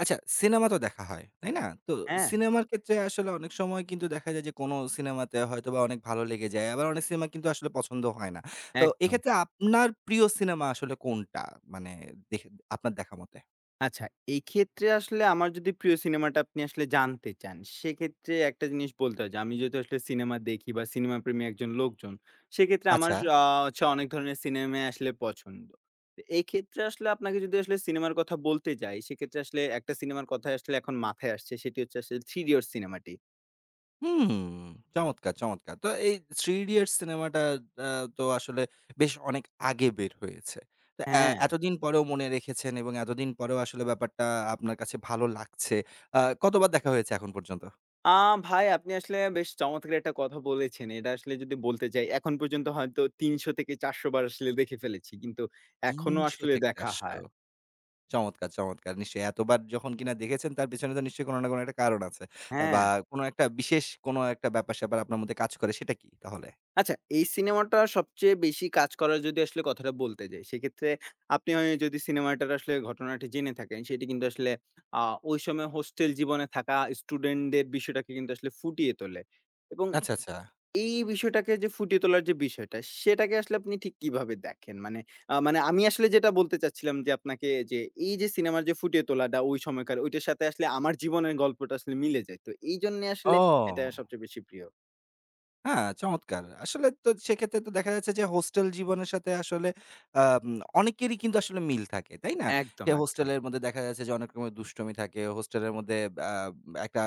আচ্ছা, সিনেমা তো দেখা হয়, তাই না? তো হ্যাঁ, সিনেমার ক্ষেত্রে আসলে অনেক সময় কিন্তু দেখা যায় যে কোনো সিনেমাতে হয়তোবা অনেক ভালো লেগে যায়। আবার অনেক সিনেমা কিন্তু আসলে পছন্দ হয় না। তো একদম। এক্ষেত্রে আপনার প্রিয় সিনেমা আসলে কোনটা? মানে দেখে আপনার দেখা মতে? আচ্ছা, এক্ষেত্রে আসলে আমার যদি প্রিয় সিনেমাটা আপনি আসলে জানতে চান, সেক্ষেত্রে একটা জিনিস বলতে হয় যে আমি যেহেতু আসলে সিনেমা দেখি বা সিনেমা প্রেমী একজন লোকজন, সেক্ষেত্রে আমার আচ্ছা। আ হচ্ছে অনেক ধরনের সিনেমাই আসলে পছন্দ। তো এক্ষেত্রে আসলে আপনাকে যদি আসলে সিনেমার কথা বলতে যাই, সেক্ষেত্রে আসলে একটা সিনেমার কথাই আসলে এখন মাথায় আসছে, সেটি হচ্ছে আসলে 'থ্রি ইডিয়টস' সিনেমাটি। হুম, চমৎকার, চমৎকার। তো এই 'Three Idiots' সিনেমাটা আ তো আসলে বেশ অনেক আগে বের হয়েছে। তো এ হ্যাঁ। এতদিন পরেও মনে রেখেছেন এবং এতদিন পরেও আসলে ব্যাপারটা আপনার কাছে ভালো লাগছে। কতবার দেখা হয়েছে এখন পর্যন্ত? আ ভাই, আপনি আসলে বেশ চমৎকার একটা কথা বলেছেন। এটা আসলে যদি বলতে যাই, এখন পর্যন্ত হয়তো ৩০০ থেকে ৪০০ বার আসলে দেখে ফেলেছি। কিন্তু এখনো ৩০০ আসলে থেকে দেখা ৪০০। হয়। চমৎকার, চমৎকার। নিশ্চয়ই এতবার যখন কিনা দেখেছেন তার পেছনে তো নিশ্চয়ই কোন না কোন একটা কারণ আছে। বা হ্যাঁ? কোন একটা বিশেষ কোন একটা ব্যাপার-স্যাপার আপনার মধ্যে কাজ করে সেটা কি তাহলে? আচ্ছা, এই সিনেমাটা সবচেয়ে বেশি কাজ করার যদি আসলে কথাটা বলতে যাই, সেক্ষেত্রে আপনি হয় যদি সিনেমাটার আসলে ঘটনাটি জেনে থাকেন, সেটি কিন্তু আসলে আ ওই সময় হোস্টেল জীবনে থাকা স্টুডেন্টদের বিষয়টাকে কিন্তু আসলে ফুটিয়ে তোলে এবং আচ্ছা, আচ্ছা। এই বিষয়টাকে যে ফুটিয়ে তোলার যে বিষয়টা, সেটাকে আসলে আপনি ঠিক কিভাবে দেখেন? মানে মানে আমি আসলে যেটা বলতে চাচ্ছিলাম যে আপনাকে যে এই যে সিনেমার যে ফুটিয়ে তোলাটা ওই সময়কার ঐটার সাথে আসলে আমার জীবনের গল্পটা আসলে মিলে যায়। তো এইজন্যে ও! আসলে এটা সবচেয়ে বেশি প্রিয়। হ্যাঁ, চমৎকার। আসলে তো সেক্ষেত্রে তো দেখা যাচ্ছে যে হোস্টেল জীবনের সাথে আসলে আম অনেকেরই কিন্তু আসলে মিল থাকে, তাই না? সে একদম, একদম। হোস্টেলের মধ্যে দেখা যাচ্ছে যে অনেক রকমের দুষ্টুমি থাকে। হোস্টেলের মধ্যে আ একটা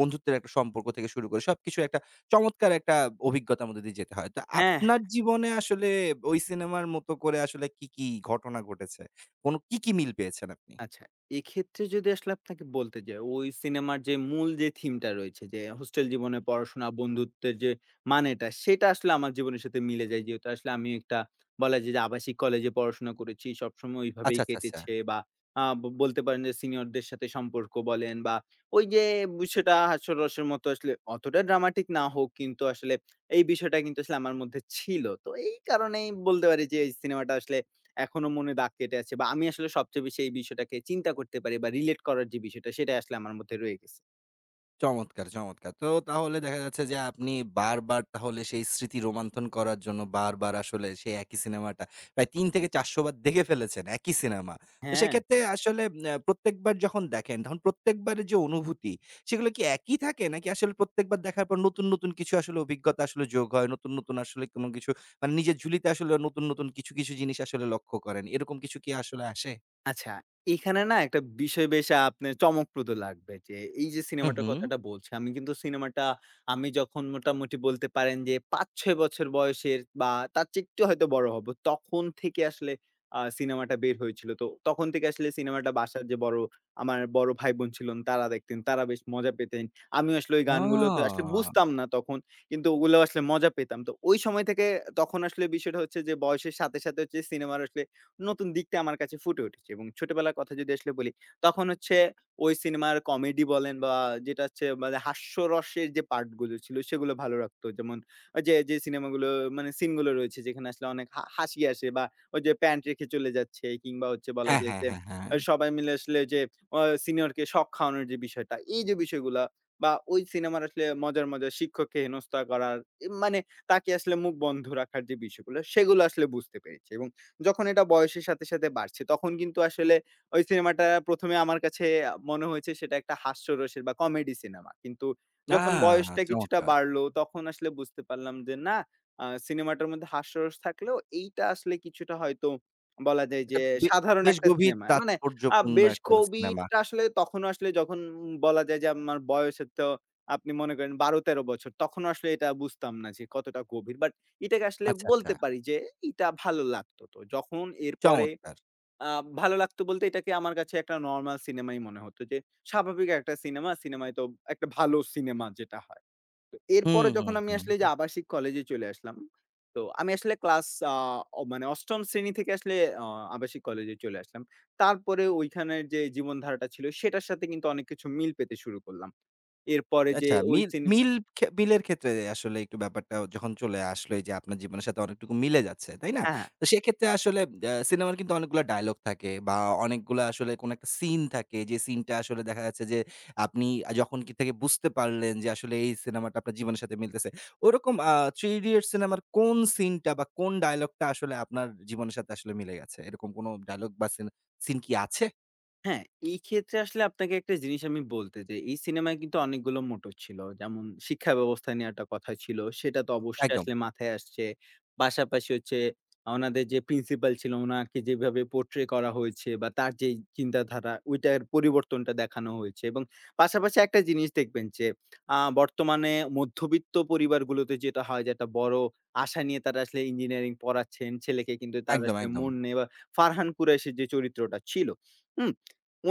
বন্ধুত্বের একটা সম্পর্ক থেকে শুরু করে সবকিছু একটা চমৎকার একটা অভিজ্ঞতার মধ্যে দিয়ে যেতে হয়। তো হ্যাঁ। আপনার জীবনে আসলে ওই সিনেমার মতো করে আসলে কি, কি ঘটনা ঘটেছে? কোন কি, কি মিল পেয়েছেন আপনি? আচ্ছা, এক্ষেত্রে যদি আসলে আপনাকে বলতে যাই, ওই সিনেমার যে মূল যে থিমটা রয়েছে যে হোস্টেল জীবনে পড়াশোনা, বন্ধুত্বের যে মানেটা, সেটা আসলে আমার জীবনের সাথে মিলে যায়। যেহেতু আসলে আমি একটা বলা যায় যে আবাসিক কলেজে পড়াশোনা করেছি। সবসময় আচ্ছা, ওইভাবেই আচ্ছা, আচ্ছা। কেটেছে বা আ ব বলতে পারেন যে সিনিয়রদের সাথে সম্পর্ক বলেন বা ওই যে বিষয়টা হাস্যরসের মতো আসলে অতটা ড্রামাটিক না হোক, কিন্তু আসলে এই বিষয়টা কিন্তু আসলে আমার মধ্যে ছিল। তো এই কারণেই বলতে পারি যে এই সিনেমাটা আসলে এখনো মনে দাগ কেটে আছে বা আমি আসলে সবচেয়ে বেশি এই বিষয়টাকে চিন্তা করতে পারি বা রিলেট করার যে বিষয়টা সেটাই আসলে আমার মধ্যে রয়ে গেছে। চমৎকার, চমৎকার। তো তাহলে দেখা যাচ্ছে যে আপনি বারবার তাহলে সেই স্মৃতি রোমান্থন করার জন্য বারবার আসলে সেই একই সিনেমাটা প্রায় ৩ থেকে ৪০০ বার দেখে ফেলেছেন একই সিনেমা। তো হ্যাঁ। সেক্ষেত্রে আসলে প্রত্যেকবার যখন দেখেন তখন প্রত্যেকবারের যে অনুভূতি সেগুলো কি একই থাকে? নাকি আসলে প্রত্যেকবার দেখার পর নতুন, নতুন কিছু আসলে অভিজ্ঞতা আসলে যোগ হয়? নতুন, নতুন আসলে কোনো কিছু মানে নিজের ঝুলিতে আসলে নতুন, নতুন কিছু, কিছু জিনিস আসলে লক্ষ্য করেন। এরকম কিছু কি আসলে আসে? আচ্ছা, এখানে না একটা বিষয় বেশ আপনার চমকপ্রদ লাগবে যে, এই যে হুম, সিনেমাটার হুম। কথাটা বলছি, আমি কিন্তু সিনেমাটা আমি যখন মোটামুটি বলতে পারেন যে ৫-৬ বছর বয়সের বা তার চেয়ে একটু হয়তো বড় হব। তখন থেকে আসলে সিনেমাটা বের হয়েছিল। তো তখন থেকে আসলে সিনেমাটা বাসার যে বড় আমার বড় ভাই-বোন ছিলেন, তারা দেখতেন। তারা বেশ মজা পেতেন। আমিও আসলে ওই গানগুলো তো আসলে ও! বুঝতাম না তখন। কিন্তু ওগুলো আসলে মজা পেতাম। তো ওই সময় থেকে তখন আসলে বিষয়টা হচ্ছে যে বয়সের সাথে, সাথে হচ্ছে সিনেমার আসলে নতুন দিকটা আমার কাছে ফুটে উঠেছে এবং ছোটবেলার কথা যদি আসলে বলি, তখন হচ্ছে ওই সিনেমার কমেডি বলেন বা যেটা হচ্ছে মানে হাস্যরসের যে পার্ট গুলো ছিল, সেগুলো ভালো লাগতো। যেমন ওই যে, যে সিনেমাগুলো মানে সিন গুলো রয়েছে যেখানে আসলে অনেক হাসি আসে বা ওই যে প্যান্ট রেখে চলে যাচ্ছে, কিংবা হচ্ছে বলা হ্যাঁ, যায় হ্যাঁ, যে হ্যাঁ, হ্যাঁ। সবাই মিলে আসলে যে অ সিনিয়রকে শক খাওয়ানোর যে বিষয়টা, এই যে বিষয়গুলা বা ওই সিনেমার আসলে মজার, মজার শিক্ষককে হেনস্থা করার মানে তাকে আসলে মুখ বন্ধ রাখার যে বিষয়গুলো, সেগুলো আসলে বুঝতে পেরেছি এবং যখন এটা বয়সের সাথে, সাথে বাড়ছে তখন কিন্তু আসলে ওই সিনেমাটা ১ম এ আমার কাছে মনে হয়েছে সেটা একটা হাস্যরসের বা কমেডি সিনেমা। কিন্তু আ যখন বয়সটা কিছুটা চমৎকার! বাড়লো তখন আসলে বুঝতে পারলাম যে না, সিনেমাটার মধ্যে হাস্যরস থাকলেও এইটা আসলে কিছুটা হয়তো বলা যায় এটা যে বে সাধারণ বেশ একটা গভীর সিনেমা। মানে তাৎপর্যপূর্ণ বেশ একটা সিনেমা। গভীরটা আসলে তখনও আসলে যখন বলা যায় যে আমার বয়সের তো আপনি মনে করেন ১২-১৩ বছর তখনও আসলে এটা বুঝতাম না যে কতটা গভীর। বাট এটাকে আসলে আচ্ছা, আচ্ছা। বলতে পারি যে এটা ভালো লাগতো তো। যখন এরপরে চমৎকার! আ ভালো লাগতো বলতে এটাকে আমার কাছে একটা নরমাল সিনেমাই মনে হতো যে স্বাভাবিক একটা সিনেমা, সিনেমায় তো একটা ভালো সিনেমা যেটা হয়। তো হুম, এরপরে হুম, যখন আমি আসলে যে হুম। আবাসিক কলেজে চলে আসলাম। তো আমি আসলে ক্লাস মানে ৮ম শ্রেণী থেকে আসলে আ আবাসিক কলেজে চলে আসলাম। তারপরে ওইখানের যে জীবনধারাটা ছিল সেটার সাথে কিন্তু অনেক কিছু মিল পেতে শুরু করলাম। এরপরে যে আচ্ছা, ওই মিল সিনে মিল খে মিলের ক্ষেত্রে আসলে একটু ব্যাপারটা যখন চলে আসলো এই যে আপনার জীবনের সাথে অনেকটুকু মিলে যাচ্ছে, তাই না? হ্যাঁ। তো সেক্ষেত্রে আসলে সিনেমার কিন্তু অনেকগুলা ডায়ালগ থাকে বা অনেকগুলা আসলে কোনো একটা সিন থাকে যে সিনটা আসলে দেখা যাচ্ছে যে আপনি যখন কি থেকে বুঝতে পারলেন যে আসলে এই সিনেমাটা আপনার জীবনের সাথে মিলতেছে। ওরকম 'Three Idiots' সিনেমার কোন সিনটা বা কোন ডায়ালগটা আসলে আপনার জীবনের সাথে আসলে মিলে গেছে? এরকম কোনো ডায়ালগ বা সিন সিন কি আছে? হ্যাঁ, এই ক্ষেত্রে আসলে আপনাকে একটা জিনিস আমি বলতে চাই। এই সিনেমায় কিন্তু অনেকগুলো মোটর ছিল। যেমন শিক্ষা ব্যবস্থা নিয়ে একটা কথা ছিল। সেটা তো অবশ্যই একদম, আসলে মাথায় আসছে। পাশাপাশি হচ্ছে ওনাদের যে প্রিন্সিপাল ছিল, ওনাকে যেভাবে পোর্ট্রে করা হয়েছে বা তার যেই চিন্তাধারা ওইটার পরিবর্তনটা দেখানো হয়েছে এবং পাশাপাশি একটা জিনিস দেখবেন যে বর্তমানে মধ্যবিত্ত পরিবারগুলোতে যেটা হয় যে একটা বড় আশা নিয়ে তারা আসলে ইঞ্জিনিয়ারিং পড়াচ্ছেন ছেলেকে কিন্তু তার একদম, আসলে একদম। মন নেই বা ফারহান কুরাইশের যে চরিত্রটা ছিল, হুম?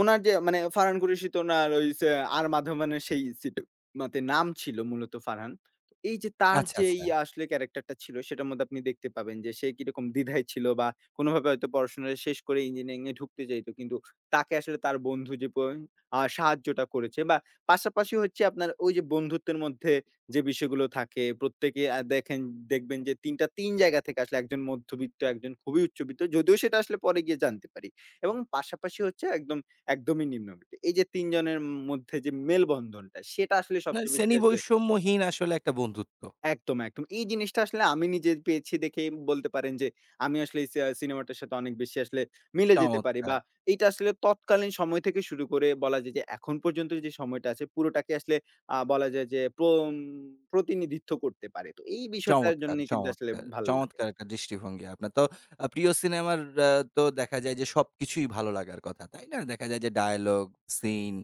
উনার যে মানে ফারহান কুরেশি তো উনার ওই সে আর মাধবনের সেই সিট মতে নাম ছিল মূলত ফারহান। তো এই যে তার আচ্ছা, যেই আচ্ছা। আসলে ক্যারাক্টারটা ছিল সেটার মধ্যে আপনি দেখতে পাবেন যে সে কিরকম দ্বিধায় ছিল বা কোনভাবে হয়তো পড়াশোনা শেষ করে ইঞ্জিনিয়ারিং এ ঢুকতে চাইতো। কিন্তু তাকে আসলে তার বন্ধু যে প আ সাহায্যটা করেছে বা পাশাপাশি হচ্ছে আপনার ওই যে বন্ধুত্বের মধ্যে যে বিষয়গুলো থাকে প্রত্যেকে দেখবেন যে ৩ জায়গা থেকে আসলে একজন মধ্যবিত্ত, একজন খুবই উচ্চবিত্ত। যদিও সেটা আসলে পরে গিয়ে জানতে পারি। এবং পাশাপাশি হচ্ছে একদম একদমই নিম্নবিত্ত। এই যে ৩ জনের মধ্যে যে মেলবন্ধনটা সেটা আসলে না, সবচেয়ে বেশি শ্রেণী আসলে বৈষম্যহীন আসলে একটা বন্ধুত্ব। একদম, একদম। এই জিনিসটা আসলে আমি নিজে পেয়েছি দেখেই বলতে পারেন যে আমি আসলে এই সি আ সিনেমাটার সাথে অনেক বেশি আসলে মিলে যেতে পারি চমৎকার, বা এইটা আসলে তৎকালীন সময় থেকে শুরু করে বলা যায় যে এখন পর্যন্ত যে সময়টা আছে পুরোটাকে আসলে বলা যায় যে প্রতিনিধিত্ব করতে পারে। তো এই বিষয়টার চমৎকার, জন্যই কিন্তু আসলে চমৎকার, ভালো লাগে। চমৎকার একটা দৃষ্টিভঙ্গি আপনার। তো প্রিয় সিনেমার আ তো দেখা যায় যে সবকিছুই ভালো লাগার কথা, তাই না? দেখা যায় যে ডায়ালগ, সিন,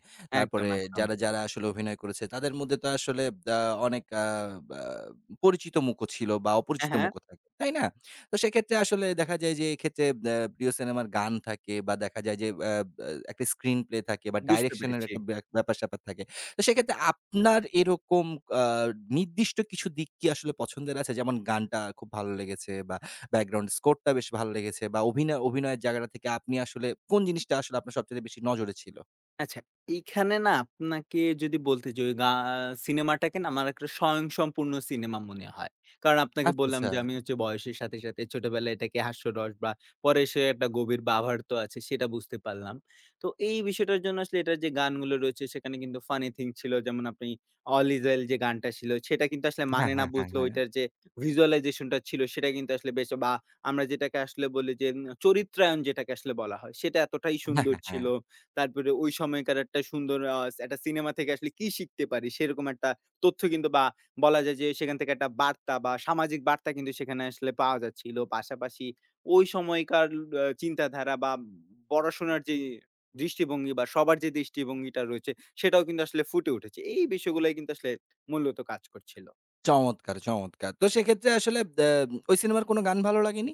একদম, তারপরে একদম। যারা, যারা আসলে অভিনয় করেছে তাদের মধ্যে তো আসলে আ অনেক বা পরিচিত মুখও ছিল বা হ্যাঁ, অপরিচিত হ্যাঁ। মুখও থাকে, তাই না? তো সেক্ষেত্রে আসলে দেখা যায় যে এক্ষেত্রে প্রিয় সিনেমার গান থাকে বা দেখা যায় যে আ আ একটা স্ক্রিনপ্লে থাকে বা বুঝতে ডাইরেকশন এর পেরেছি। একটা ব্যাপার-স্যাপার থাকে। তো সেক্ষেত্রে আপনার এরকম আ নির্দিষ্ট কিছু দিক কি আসলে পছন্দের আছে? যেমন গানটা খুব ভালো লেগেছে বা ব্যাকগ্রাউন্ড স্কোরটা বেশ ভালো লেগেছে বা অভিনয়ের জায়গাটা থেকে আপনি আসলে কোন জিনিসটা আসলে আপনার সবচাইতে বেশি নজরে ছিল? আচ্ছা, এইখানে না আপনাকে যদি বলতে যে ওই সিনেমাটাকে না আমার একটা স্বয়ংসম্পূর্ণ সিনেমা মনে হয়। কারণ আপনাকে আচ্ছা, বললাম আচ্ছা। যে আমি হচ্ছে বয়সের সাথে, সাথে ছোটবেলায় এটাকে হাস্যরস বা পরে এসে একটা গভীর বাভার তো আছে সেটা বুঝতে পারলাম। তো এই বিষয়টার জন্য আসলে এটার যে গানগুলো রয়েছে সেখানে কিন্তু ফানি থিং ছিল। যেমন আপনি 'All Is Well' যে গানটা ছিল সেটা কিন্তু আসলে হ্যাঁ, মানে না হ্যাঁ, হ্যাঁ, বুঝলেও হ্যাঁ। ওইটার যে visualization টা ছিল সেটা কিন্তু আসলে বেশ বা আমরা যেটাকে আসলে বলি যে চরিত্রায়ন যেটাকে আসলে বলা হয় সেটা এতটাই হ্যাঁ, সুন্দর হ্যাঁ, ছিল। হ্যাঁ। তারপরে ওই সময়কার একটা সুন্দর একটা সিনেমা থেকে আসলে কি শিখতে পারি? সেরকম একটা তথ্য কিন্তু বা বলা যায় যে সেখান থেকে একটা বার্তা বা সামাজিক বার্তা কিন্তু সেখানে আসলে পাওয়া যাচ্ছিল। পাশাপাশি ওই সময়কার চিন্তাধারা বা পড়াশোনার যে দৃষ্টিভঙ্গি বা সবার যে দৃষ্টিভঙ্গিটা রয়েছে, সেটাও কিন্তু আসলে ফুটে উঠেছে। এই বিষয়গুলাই কিন্তু আসলে মূলত কাজ করছিল। চমৎকার, চমৎকার। তো সেক্ষেত্রে আসলে ওই সিনেমার কোন গান ভালো লাগেনি?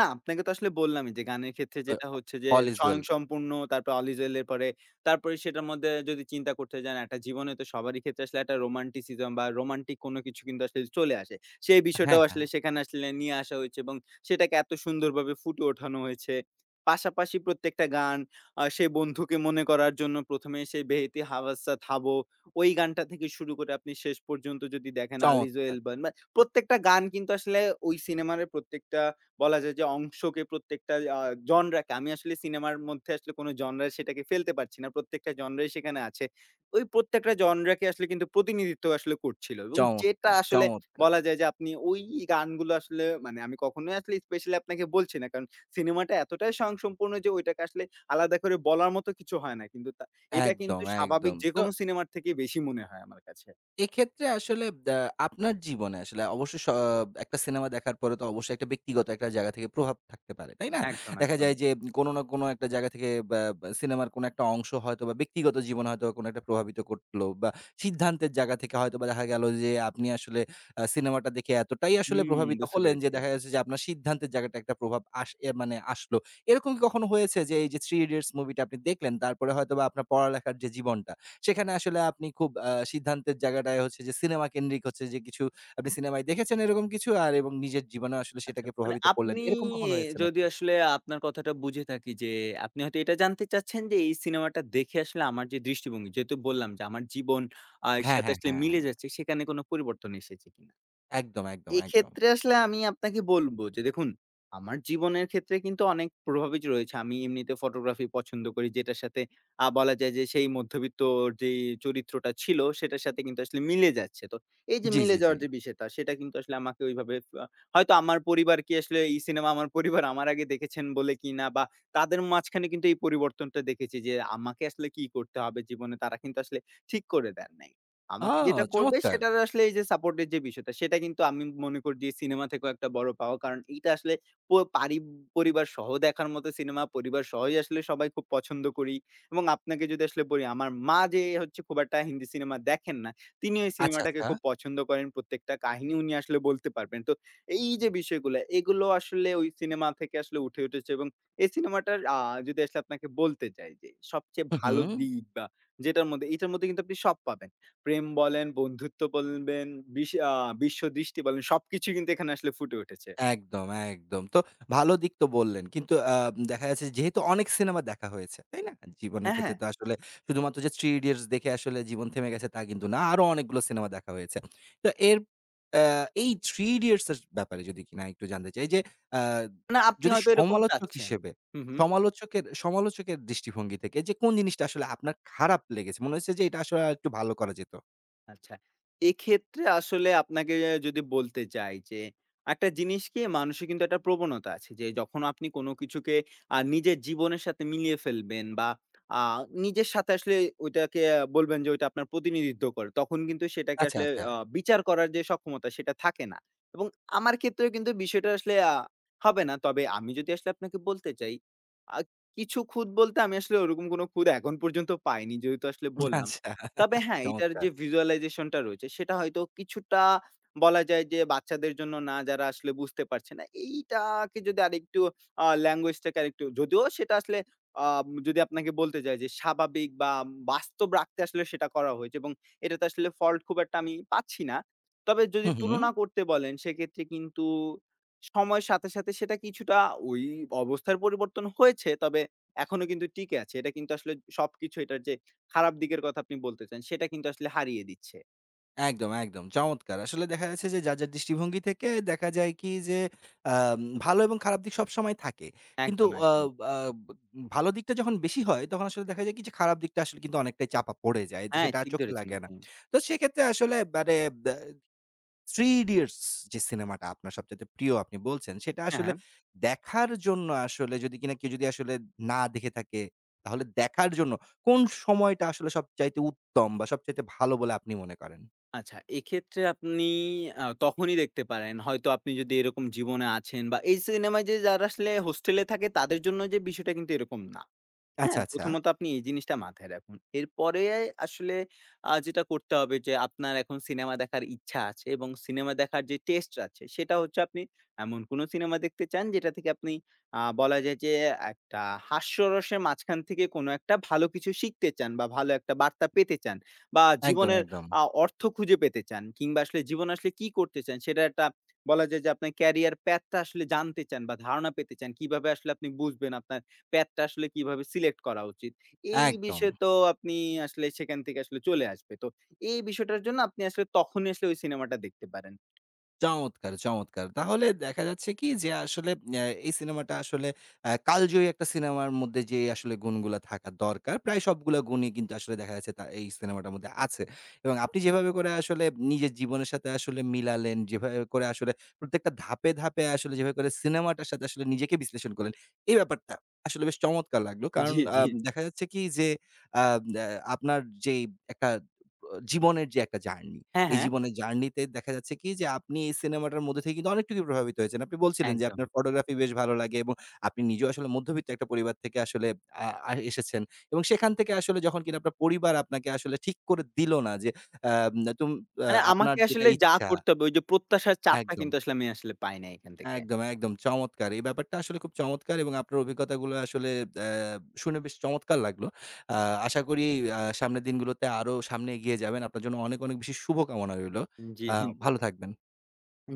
না, আপনাকে তো আসলে বললামই যে গানের ক্ষেত্রে আ যেটা হচ্ছে যে অল ইস ওয়েল। স্বয়ংসম্পূর্ণ, তারপর অলি জোয়েলের পরে, তারপরে সেটার মধ্যে যদি চিন্তা করতে যান একটা জীবনে তো সবারই ক্ষেত্রে আসলে একটা রোমান্টিসিজম বা রোমান্টিক কোনো কিছু কিন্তু আসলে চলে আসে। সেই হ্যাঁ, বিষয়টাও হ্যাঁ। আসলে সেখানে আসলে নিয়ে আসা হয়েছে এবং সেটাকে এত সুন্দরভাবে ফুটে ওঠানো হয়েছে। পাশাপাশি প্রত্যেকটা গান সেই বন্ধুকে মনে করার জন্য ১ম এ সেই 'বেহেতি হাওয়াসা থাবো' ওই গানটা থেকে শুরু করে আপনি শেষ পর্যন্ত যদি দেখেন আলি চমৎকার, জোয়েল বা বা প্রত্যেকটা গান কিন্তু আসলে ওই সিনেমার প্রত্যেকটা বলা যায় যে অংশকে প্রত্যেকটা জনরাকে আমি আসলে সিনেমার মধ্যে আসলে কোন জনরা সেটাকে ফেলতে পারছি না। প্রত্যেকটা জনরাই সেখানে আছে। ওই প্রত্যেকটা জনরাকে আসলে কিন্তু প্রতিনিধিত্ব আসলে করছিল এবং যেটা চমৎকার, আসলে চমৎকার। বলা যায় যে আপনি ওই গানগুলো আসলে মানে আমি কখনোই আসলে স্পেশালি আপনাকে বলছি না। কারণ সিনেমাটা এতটাই স্বয়ংসম্পূর্ণ যে ওইটাকে আসলে আলাদা করে বলার মতো কিছু হয় না। কিন্তু তা এটা একদম, কিন্তু স্বাভাবিক একদম। তো যেকোনো সিনেমার থেকে বেশি মনে হয় আমার কাছে। এক্ষেত্রে আসলে আপনার জীবনে আসলে অবশ্যই স একটা সিনেমা দেখার পরে তো অবশ্যই একটা ব্যক্তিগত একটা জায়গা থেকে প্রভাব থাকতে পারে। তাই না? একদম, দেখা একদম। যায় যে কোনো না কোনো একটা জায়গা থেকে বা বা সিনেমার কোনো একটা অংশ হয়তোবা ব্যক্তিগত জীবনে হয়তোবা কোনো একটা প্রভাবিত করলো বা সিদ্ধান্তের জায়গা থেকে হয়তোবা দেখা গেল যে আপনি আসলে সিনেমাটা দেখে এতটাই আসলে হুম, প্রভাবিত বুঝতে হলেন যে পেরেছি। দেখা যাচ্ছে যে আপনার সিদ্ধান্তের জায়গাটা একটা প্রভাব আস এ মানে আসলো। এরকম কি কখনো হয়েছে যে এই যে 'Three Idiots' মুভিটা আপনি দেখলেন তারপরে হয়তোবা আপনার পড়ালেখার যে জীবনটা সেখানে আসলে আপনি খুব সিদ্ধান্তের জায়গাটায় হচ্ছে যে সিনেমা কেন্দ্রিক হচ্ছে যে কিছু আপনি সিনেমায় দেখেছেন এরকম কিছু আর এবং নিজের জীবনেও আসলে আচ্ছা, সেটাকে মানে প্রভাবিত করলেন। আপনি এরকম কখনো হয়েছে যদি নাকি? আসলে আপনার কথাটা বুঝে থাকি যে, আপনি হয়তো এটা জানতে চাচ্ছেন যে, এই সিনেমাটা দেখে আসলে আমার যে দৃষ্টিভঙ্গি, যেহেতু বললাম যে আমার জীবন এর হ্যাঁ, সাথে হ্যাঁ, আসলে হ্যাঁ, মিলে হ্যাঁ। যাচ্ছে, সেখানে কোনো পরিবর্তন এসেছে কিনা? একদম, একদম, একদম। এক্ষেত্রে আসলে আমি আপনাকে বলব যে দেখুন, আমার জীবনের ক্ষেত্রে কিন্তু অনেক প্রভাবিত রয়েছে। আমি এমনিতে ফটোগ্রাফি পছন্দ করি যেটার সাথে বলা যায় যে সেই মধ্যবিত্ত যেই চরিত্রটা ছিল সেটার সাথে কিন্তু আসলে মিলে যাচ্ছে। তো এই যে জি, মিলে জি, জি। যাওয়ার যে বিষয়টা সেটা কিন্তু আসলে আমাকে ওইভাবে আ হয়তো আমার পরিবার কি আসলে এই সিনেমা আমার পরিবার আমার আগে দেখেছেন বলে কিনা বা তাদের মাঝখানে কিন্তু এই পরিবর্তনটা দেখেছি যে আমাকে আসলে কি করতে হবে জীবনে, তারা কিন্তু আসলে ঠিক করে দেন নাই। ও, আমাকে যেটা করবে চমৎকার! সেটার আসলে এই যে সাপোর্টের যে বিষয়টা সেটা কিন্তু আমি মনে করি যে সিনেমা থেকেও একটা বড় পাওয়া। কারণ এইটা আসলে প পারি পরিবার সহ দেখার মতো সিনেমা। পরিবার সহই আসলে সবাই খুব পছন্দ করি এবং আপনাকে যদি আসলে বলি আমার মা যে হচ্ছে খুব একটা হিন্দি সিনেমা দেখেন না, তিনি ওই আচ্ছা, সিনেমাটাকে আচ্ছা। খুব পছন্দ করেন। প্রত্যেকটা কাহিনী উনি আসলে বলতে পারবেন। তো এই যে বিষয়গুলা এগুলো আসলে ওই সিনেমা থেকে আসলে উঠে উঠেছে এবং এই সিনেমাটার যদি আসলে আপনাকে বলতে চাই যে সবচেয়ে হু, হু। ভালো দিক বা যেটার মধ্যে এটার মধ্যে কিন্তু আপনি সব পাবেন। প্রেম বলেন, বন্ধুত্ব বলবেন, বিশ আ বিশ্বদৃষ্টি বলেন সবকিছুই কিন্তু এখানে আসলে ফুটে উঠেছে। একদম, একদম। তো ভালো দিক তো বললেন। কিন্তু দেখা যাচ্ছে যেহেতু অনেক সিনেমা দেখা হয়েছে, তাই না? জীবনের হ্যাঁ, ক্ষেত্রে হ্যাঁ। তো আসলে শুধুমাত্র যে 'Three Idiots' দেখে আসলে জীবন থেমে গেছে তা কিন্তু না। আরো অনেকগুলো সিনেমা দেখা হয়েছে। তো এর আ এই 'Three Idiots' এর ব্যাপারে যদি কিনা একটু জানতে চাই যে আ না, আপনি যদি হয়তো এরকম সমালোচক চাচ্ছেন। হিসেবে, হু, হু। সমালোচকের সমালোচকের দৃষ্টিভঙ্গি থেকে যে কোন জিনিসটা আসলে আপনার খারাপ লেগেছে? মনে হয়েছে যে এটা আসলে আরেকটু ভালো করা যেত? আচ্ছা। এক্ষেত্রে আসলে আপনাকে যদি বলতে চাই যে, একটা জিনিস কি মানুষের কিন্তু একটা প্রবণতা আছে যে, যখন আপনি কোন কিছুকে নিজের জীবনের সাথে মিলিয়ে ফেলবেন বা আ নিজের সাথে আসলে ওইটাকে বলবেন যে, ওইটা আপনার প্রতিনিধিত্ব করে। তখন কিন্তু সেটাকে আচ্ছা, আসলে আচ্ছা। বিচার করার যে সক্ষমতা সেটা থাকে না। এবং আমার ক্ষেত্রেও কিন্তু বিষয়টা আসলে হবে না। তবে আমি যদি আসলে আপনাকে বলতে চাই, আ কিছু খুঁত বলতে আমি আসলে ওরকম কোন খুঁত এখন পর্যন্ত পাইনি। যেহেতু আসলে বললাম। আচ্ছা। তবে হ্যাঁ, এটার চমৎকার। যে visualization টা রয়েছে সেটা হয়তো কিছুটা বলা যায় যে বাচ্চাদের জন্য না, যারা আসলে বুঝতে পারছে না। এইটাকে যদি আরেকটু ল্যাঙ্গুয়েজ টাকে আরেকটু যদিও সেটা আসলে যদি আপনাকে বলতে যাই যে স্বাভাবিক বা বাস্তব রাখতে আসলে সেটা করা হয়েছে এবং এটাতে আসলে ফল্ট খুব একটা আমি পাচ্ছি না। তবে হু, যদি হু। তুলনা করতে বলেন সেক্ষেত্রে কিন্তু সময়ের সাথে, সাথে সেটা কিছুটা ওই অবস্থার পরিবর্তন হয়েছে। তবে এখনো কিন্তু টিকে আছে। এটা কিন্তু আসলে সবকিছু এটার যে খারাপ দিকের কথা আপনি বলতেছেন, সেটা কিন্তু আসলে হারিয়ে দিচ্ছে। একদম, একদম। চমৎকার! আসলে দেখা যাচ্ছে যে যার, যার দৃষ্টিভঙ্গি থেকে দেখা যায় কি যে আম ভালো এবং খারাপ দিক সবসময় থাকে। কিন্তু একদম, আ একদম। আ ভালো দিকটা যখন বেশি হয় তখন আসলে দেখা যায় কি যে খারাপ দিকটা আসলে কিন্তু অনেকটাই চাপা পড়ে যায়। যে হ্যাঁ, সেটা আর ঠিক চোখে ধরেছেন লাগে না। আপনি। তো সেক্ষেত্রে আসলে মানে ব্যা 'Three Idiots' যে সিনেমাটা আপনার সবচাইতে প্রিয় আপনি বলছেন, সেটা হ্যাঁ, আসলে হ্যাঁ। দেখার জন্য আসলে যদি কিনা কেউ যদি আসলে না দেখে থাকে, তাহলে দেখার জন্য কোন সময়টা আসলে সবচাইতে উত্তম বা সবচাইতে ভালো বলে আপনি মনে করেন? আচ্ছা, এক্ষেত্রে আপনি তখনই দেখতে পারেন, হয়তো আপনি যদি এরকম জীবনে আছেন বা এই সিনেমায় যে যারা আসলে হোস্টেলে থাকে তাদের জন্য যে বিষয়টা কিন্তু এরকম না। আচ্ছা, হ্যাঁ, আচ্ছা। প্রথমত আপনি এই জিনিসটা মাথায় রাখুন। এরপরে আসলে যেটা করতে হবে যে আপনার এখন সিনেমা দেখার ইচ্ছা আছে এবং সিনেমা দেখার যে টেস্ট আছে সেটা হচ্ছে আপনি এমন কোন সিনেমা দেখতে চান যেটা থেকে আপনি বলা যায় যে একটা হাস্যরসের মাঝখান থেকে কোন একটা ভালো কিছু শিখতে চান বা ভালো একটা বার্তা পেতে চান বা একদম, জীবনের একদম, অর্থ খুঁজে পেতে চান কিংবা আসলে জীবনে আসলে কি করতে চান সেটা একটা বলা যায় যে আপনার ক্যারিয়ার প্যাথ টা আসলে জানতে চান বা ধারণা পেতে চান। কিভাবে আসলে আপনি বুঝবেন আপনার প্যাডটা আসলে কিভাবে সিলেক্ট করা উচিত। এই একদম। বিষয়ে তো আপনি আসলে সেখান থেকে আসলে চলে আসবে। তো এই বিষয়টার জন্য আপনি আসলে তখনই আসলে ওই সিনেমাটা দেখতে পারেন। চমৎকার, চমৎকার! তাহলে দেখা যাচ্ছে কি যে আসলে আ এই সিনেমাটা আসলে কালজয়ী একটা সিনেমার মধ্যে যে আসলে গুণগুলা থাকা দরকার, প্রায় সবগুলা গুণই কিন্তু আসলে দেখা যাচ্ছে তা এই সিনেমাটার মধ্যে আছে। এবং আপনি যেভাবে করে আসলে নিজের জীবনের সাথে আসলে মিলালেন, যেভাবে করে আসলে প্রত্যেকটা ধাপে, ধাপে আসলে যেভাবে করে সিনেমাটার সাথে আসলে নিজেকে বিশ্লেষণ করলেন, এই ব্যাপারটা আসলে বেশ চমৎকার লাগলো। কারণ জি, জি। দেখা যাচ্ছে কি যে আ আ আপনার যেই একটা জীবনের যে একটা জার্নি, হ্যাঁ, এই হ্যাঁ, জীবনের জার্নিতে দেখা যাচ্ছে কি যে আপনি এই সিনেমাটার মধ্যে থেকে কিন্তু অনেকটুকু প্রভাবিত হয়েছেন। আপনি বলছিলেন যে একদম। আপনার ফটোগ্রাফি বেশ ভালো লাগে এবং আপনি নিজেও আসলে মধ্যবিত্ত একটা পরিবার থেকে আসলে আ আ এসেছেন এবং সেখান থেকে আসলে যখন কিনা আপনার পরিবার আপনাকে আসলে ঠিক করে দিল না যে আম তুম আ মানে আপনার আমাকে যেটা আসলে যা ইচ্ছা। করতে হবে ওই যে প্রত্যাশার চাপটা একদম, কিন্তু আসলে আমি আসলে পাই না এখান থেকে। একদম, একদম চমৎকার। এই ব্যাপারটা আসলে খুব চমৎকার এবং আপনার অভিজ্ঞতাগুলো আসলে আ শুনে বেশ চমৎকার লাগলো। আ আশা করি সামনের দিনগুলোতে আরো সামনে এগিয়ে যাবেন। আপনার জন্য অনেক, অনেক বেশি শুভকামনা রইলো। জি। আ ভালো থাকবেন।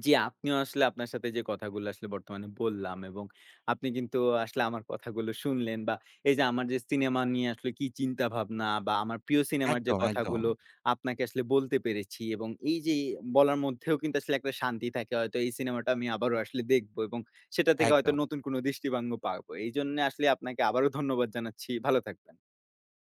জি, আপনিও আসলে আপনার সাথে যে কথাগুলো আসলে বর্তমানে বললাম এবং আপনি কিন্তু আসলে আমার কথাগুলো শুনলেন বা এই যে আমার যে সিনেমা নিয়ে আসলে কি চিন্তা ভাবনা বা আমার প্রিয় সিনেমার যে একদম, একদম, কথাগুলো আপনাকে আসলে বলতে পেরেছি এবং এই যে বলার মধ্যেও কিন্তু আসলে একটা শান্তি থাকে হয়তো এই সিনেমাটা আমি আবারও আসলে দেখবো এবং সেটা থেকে হয়তো একদম। নতুন কোনো দৃষ্টিভঙ্গ পাবো। এইজন্য আসলে আপনাকে আবারও ধন্যবাদ জানাচ্ছি। ভালো থাকবেন।